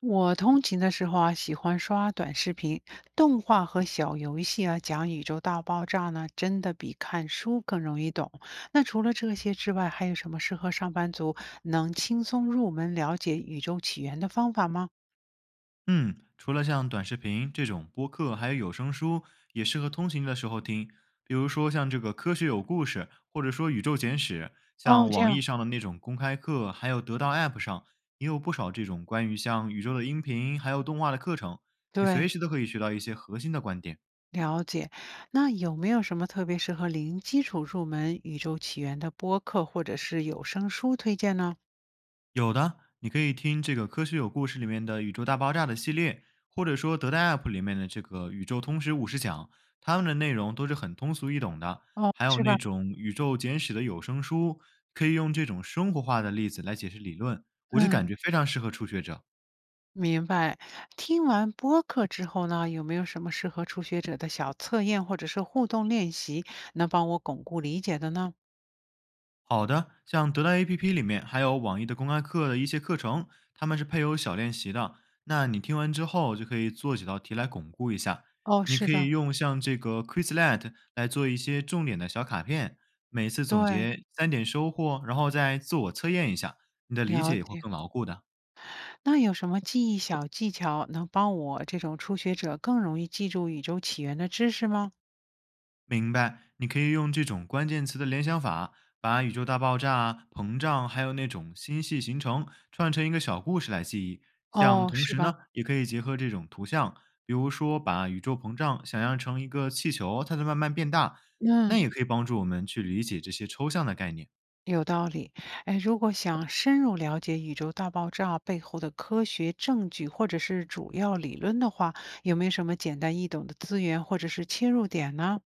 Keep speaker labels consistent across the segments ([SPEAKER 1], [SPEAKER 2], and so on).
[SPEAKER 1] 我通勤的时候啊，喜欢刷短视频、动画和小游戏啊，讲宇宙大爆炸呢，真的比看书更容易懂。那除了这些之外，还有什么适合上班族能轻松入门了解宇宙起源的方法吗？
[SPEAKER 2] 嗯，除了像短视频这种播客，还有有声书，也适合通勤的时候听。比如说像这个《科学有故事》，或者说《宇宙简史》，
[SPEAKER 1] 哦，
[SPEAKER 2] 像
[SPEAKER 1] 这
[SPEAKER 2] 网易
[SPEAKER 1] 样，
[SPEAKER 2] 上的那种公开课，还有得到 App 上也有不少这种关于像宇宙的音频，还有动画的课程，你随
[SPEAKER 1] 对，
[SPEAKER 2] 时都可以学到一些核心的观点。
[SPEAKER 1] 了解。那有没有什么特别适合零基础入门宇宙起源的播客或者是有声书推荐呢？
[SPEAKER 2] 有的，你可以听这个《科学有故事》里面的《宇宙大爆炸》的系列，或者说德代 App 里面的这个《宇宙通识五十讲》，他们的内容都是很通俗易懂的。
[SPEAKER 1] 哦，
[SPEAKER 2] 还有
[SPEAKER 1] 是吧？
[SPEAKER 2] 那种《宇宙简史》的有声书，可以用这种生活化的例子来解释理论，我就
[SPEAKER 1] 嗯。
[SPEAKER 2] 感觉非常适合初学者。
[SPEAKER 1] 明白。听完播客之后呢，有没有什么适合初学者的小测验或者是互动练习，能帮我巩固理解的呢？
[SPEAKER 2] 好的，像得到 APP 里面还有网易的公开课的一些课程，他们是配有小练习的。那你听完之后就可以做几道题来巩固一下。
[SPEAKER 1] 哦，
[SPEAKER 2] 你
[SPEAKER 1] 是
[SPEAKER 2] 可以
[SPEAKER 1] 的，
[SPEAKER 2] 用像这个 Quizlet 来做一些重点的小卡片，每次总
[SPEAKER 1] 对，
[SPEAKER 2] 结三点收获，然后再自我测验一下，你的理
[SPEAKER 1] 了
[SPEAKER 2] 解也会
[SPEAKER 1] 解。
[SPEAKER 2] 更牢固的。
[SPEAKER 1] 那有什么记忆小技巧能帮我这种初学者更容易记住宇宙起源的知识吗？
[SPEAKER 2] 明白，你可以用这种关键词的联想法，把宇宙大爆炸啊、膨胀，还有那种星系形成串成一个小故事来记忆。像
[SPEAKER 1] 哦，
[SPEAKER 2] 同
[SPEAKER 1] 是
[SPEAKER 2] 时呢，
[SPEAKER 1] 吧？
[SPEAKER 2] 也可以结合这种图像，比如说把宇宙膨胀想象成一个气球，它在慢慢变大，那
[SPEAKER 1] 嗯，
[SPEAKER 2] 也可以帮助我们去理解这些抽象的概念。
[SPEAKER 1] 有道理。哎，如果想深入了解宇宙大爆炸背后的科学证据或者是主要理论的话，有没有什么简单易懂的资源或者是切入点呢？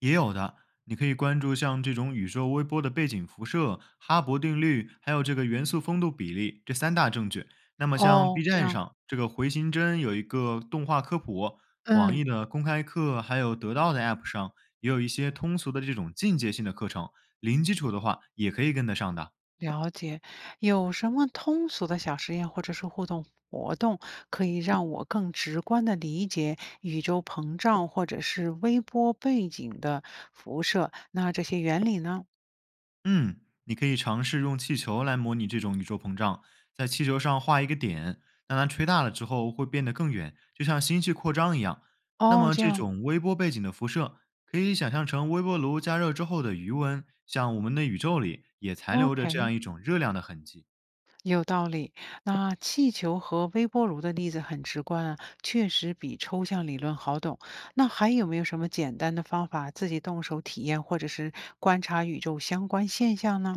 [SPEAKER 2] 也有的，你可以关注像这种宇宙微波的背景辐射、哈勃定律，还有这个元素丰度比例这三大证据。那么像 B
[SPEAKER 1] 哦，这
[SPEAKER 2] 站
[SPEAKER 1] 样，
[SPEAKER 2] 上这个回形针有一个动画科普，网
[SPEAKER 1] 嗯，
[SPEAKER 2] 易的公开课，还有得到的 App 上也有一些通俗的这种进阶性的课程，零基础的话也可以跟得上的。
[SPEAKER 1] 了解。有什么通俗的小实验或者是互动活动，可以让我更直观的理解宇宙膨胀或者是微波背景的辐射，那这些原理呢？
[SPEAKER 2] 嗯，你可以尝试用气球来模拟这种宇宙膨胀，在气球上画一个点，让它吹大了之后会变得更远，就像星系扩张一样。那
[SPEAKER 1] 哦，
[SPEAKER 2] 么
[SPEAKER 1] 这
[SPEAKER 2] 这
[SPEAKER 1] 样
[SPEAKER 2] 种微波背景的辐射，可以想象成微波炉加热之后的余温，像我们的宇宙里也残留着这
[SPEAKER 1] ，OK，
[SPEAKER 2] 样一种热量的痕迹。
[SPEAKER 1] 有道理。那气球和微波炉的例子很直观啊，确实比抽象理论好懂。那还有没有什么简单的方法自己动手体验或者是观察宇宙相关现象呢？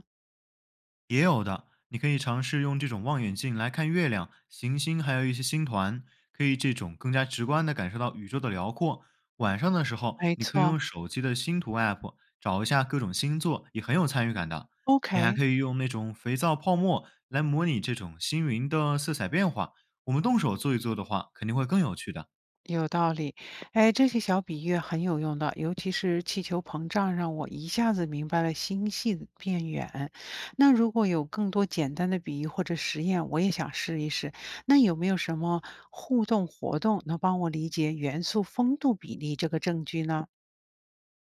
[SPEAKER 2] 也有的，你可以尝试用这种望远镜来看月亮、行星，还有一些星团，可以这种更加直观地感受到宇宙的辽阔。晚上的时候，
[SPEAKER 1] 没
[SPEAKER 2] 你可以
[SPEAKER 1] 错。
[SPEAKER 2] 用手机的星图 App 找一下各种星座，也很有参与感的。你还
[SPEAKER 1] OK，
[SPEAKER 2] 可以用那种肥皂泡沫来模拟这种星云的色彩变化，我们动手做一做的话，肯定会更有趣的。
[SPEAKER 1] 有道理。哎，这些小比喻很有用的，尤其是气球膨胀，让我一下子明白了星系的变远。那如果有更多简单的比喻或者实验，我也想试一试。那有没有什么互动活动能帮我理解元素丰度比例这个证据呢？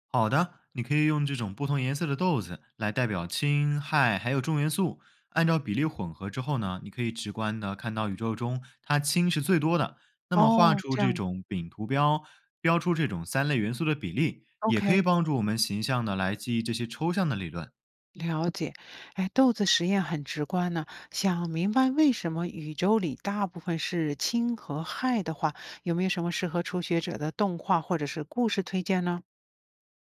[SPEAKER 2] 好的，你可以用这种不同颜色的豆子来代表氢、氦还有重元素，按照比例混合之后呢，你可以直观的看到宇宙中它氢是最多的。那么画
[SPEAKER 1] 哦，
[SPEAKER 2] 出
[SPEAKER 1] 这
[SPEAKER 2] 这
[SPEAKER 1] 样
[SPEAKER 2] 种饼图标，标出这种三类元素的比例，也可以
[SPEAKER 1] ，OK。
[SPEAKER 2] 帮助我们形象的来记忆这些抽象的理论。
[SPEAKER 1] 了解，哎，豆子实验很直观呢。想明白为什么宇宙里大部分是氢和氦的话，有没有什么适合初学者的动画或者是故事推荐呢？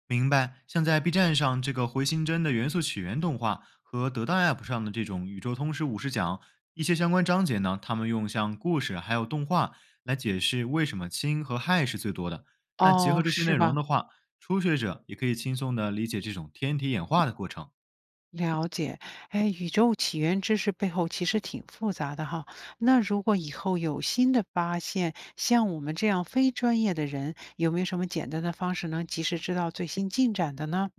[SPEAKER 2] 明白，像在 B 站上这个回形针的元素起源动画和得到 App 上的这种宇宙通识五十讲，一些相关章节呢，他们用像故事还有动画来解释为什么氢和氦是最多的。那结
[SPEAKER 1] 哦，
[SPEAKER 2] 合这些
[SPEAKER 1] 是
[SPEAKER 2] 内容
[SPEAKER 1] 吧？
[SPEAKER 2] 的话，初学者也可以轻松的理解这种天体演化的过程。
[SPEAKER 1] 了解，哎，宇宙起源知识背后其实挺复杂的哈。那如果以后有新的发现，像我们这样非专业的人，有没有什么简单的方式能及时知道最新进展的呢？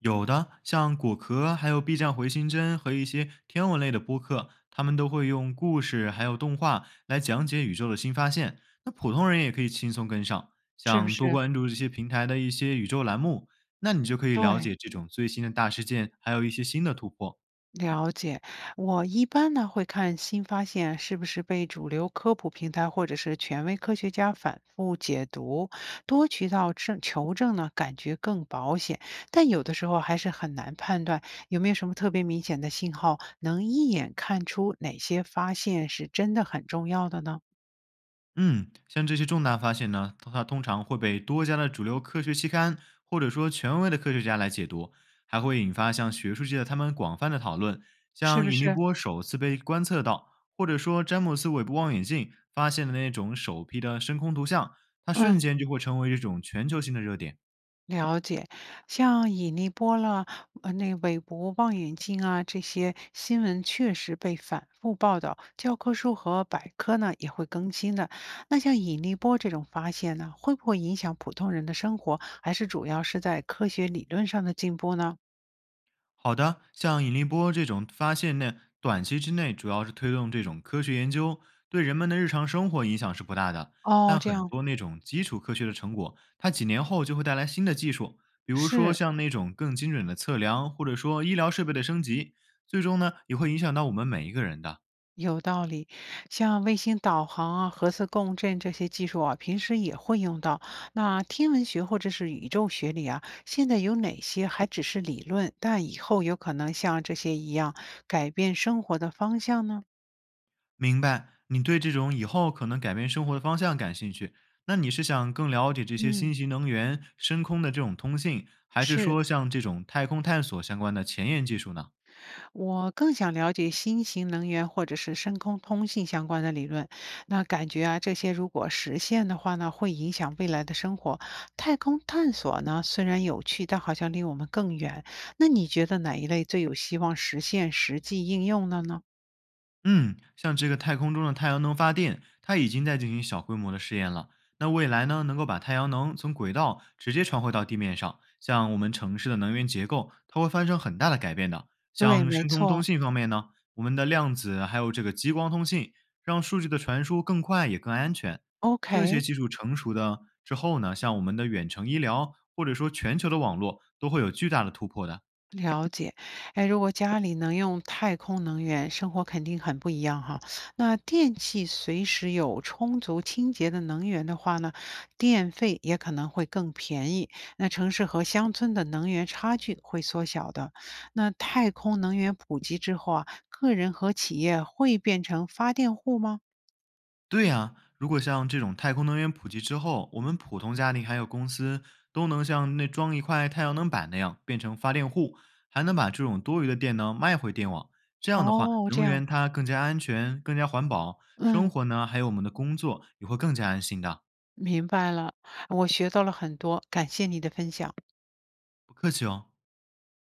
[SPEAKER 2] 有的，像果壳，还有 B 站回形针和一些天文类的播客，他们都会用故事还有动画来讲解宇宙的新发现。那普通人也可以轻松跟上，
[SPEAKER 1] 是不
[SPEAKER 2] 像多
[SPEAKER 1] 是？
[SPEAKER 2] 关注这些平台的一些宇宙栏目，那你就可以了
[SPEAKER 1] 对。
[SPEAKER 2] 解这种最新的大事件，还有一些新的突破。
[SPEAKER 1] 了解，我一般呢会看新发现是不是被主流科普平台或者是权威科学家反复解读，多渠道证求证呢，感觉更保险。但有的时候还是很难判断有没有什么特别明显的信号，能一眼看出哪些发现是真的很重要的呢？
[SPEAKER 2] 嗯，像这些重大发现呢，它通常会被多家的主流科学期刊或者说权威的科学家来解读，还会引发像学术界的他们广泛的讨论。
[SPEAKER 1] 是
[SPEAKER 2] 像
[SPEAKER 1] 不
[SPEAKER 2] 引力
[SPEAKER 1] 是？
[SPEAKER 2] 波首次被观测到，或者说詹姆斯韦伯望远镜发现的那种首批的深空图像，它瞬
[SPEAKER 1] 嗯。
[SPEAKER 2] 间就会成为这种全球性的热点。
[SPEAKER 1] 了解，像引力波了，那韦伯望远镜啊，这些新闻确实被反复报道，教科书和百科呢也会更新的。那像引力波这种发现呢，会不会影响普通人的生活，还是主要是在科学理论上的进步呢？
[SPEAKER 2] 好的，像引力波这种发现呢，短期之内主要是推动这种科学研究，对人们的日常生活影响是不大的。
[SPEAKER 1] 哦，
[SPEAKER 2] 但
[SPEAKER 1] 这
[SPEAKER 2] 很
[SPEAKER 1] 样
[SPEAKER 2] 多那种基础科学的成果，它几年后就会带来新的技术，比如说
[SPEAKER 1] 是。
[SPEAKER 2] 像那种更精准的测量，或者说医疗设备的升级，最终呢也会影响到我们每一个人的。
[SPEAKER 1] 有道理，像卫星导航啊、核磁共振这些技术啊，平时也会用到。那天文学或者是宇宙学里啊，现在有哪些还只是理论，但以后有可能像这些一样改变生活的方向呢？
[SPEAKER 2] 明白，你对这种以后可能改变生活的方向感兴趣。那你是想更了解这些
[SPEAKER 1] 嗯，
[SPEAKER 2] 新型能源、深空的这种通信，还是
[SPEAKER 1] 是
[SPEAKER 2] 说像这种太空探索相关的前沿技术呢？
[SPEAKER 1] 我更想了解新型能源或者是深空通信相关的理论。那感觉啊，这些如果实现的话呢，会影响未来的生活。太空探索呢，虽然有趣，但好像离我们更远。那你觉得哪一类最有希望实现实际应用的呢？
[SPEAKER 2] 嗯，像这个太空中的太阳能发电，它已经在进行小规模的试验了。那未来呢，能够把太阳能从轨道直接传回到地面上，像我们城市的能源结构，它会发生很大的改变的。
[SPEAKER 1] 对，
[SPEAKER 2] 像
[SPEAKER 1] 没
[SPEAKER 2] 深空通
[SPEAKER 1] 错。
[SPEAKER 2] 信方面呢，我们的量子还有这个激光通信，让数据的传输更快也更安全。这些
[SPEAKER 1] OK。
[SPEAKER 2] 技术成熟的之后呢，像我们的远程医疗或者说全球的网络，都会有巨大的突破的。
[SPEAKER 1] 了解，哎，如果家里能用太空能源，生活肯定很不一样哈。那电器随时有充足清洁的能源的话呢，电费也可能会更便宜。那城市和乡村的能源差距会缩小的。那太空能源普及之后啊，个人和企业会变成发电户吗？
[SPEAKER 2] 对呀，如果像这种太空能源普及之后，我们普通家庭还有公司都能像那装一块太阳能板那样变成发电户，还能把这种多余的电呢卖回电网。这样的话，
[SPEAKER 1] 哦，这
[SPEAKER 2] 能
[SPEAKER 1] 样，
[SPEAKER 2] 源它更加安全、更加环保，生
[SPEAKER 1] 嗯，
[SPEAKER 2] 活呢还有我们的工作也会更加安心的。
[SPEAKER 1] 明白了，我学到了很多，感谢你的分享。
[SPEAKER 2] 不客气哦。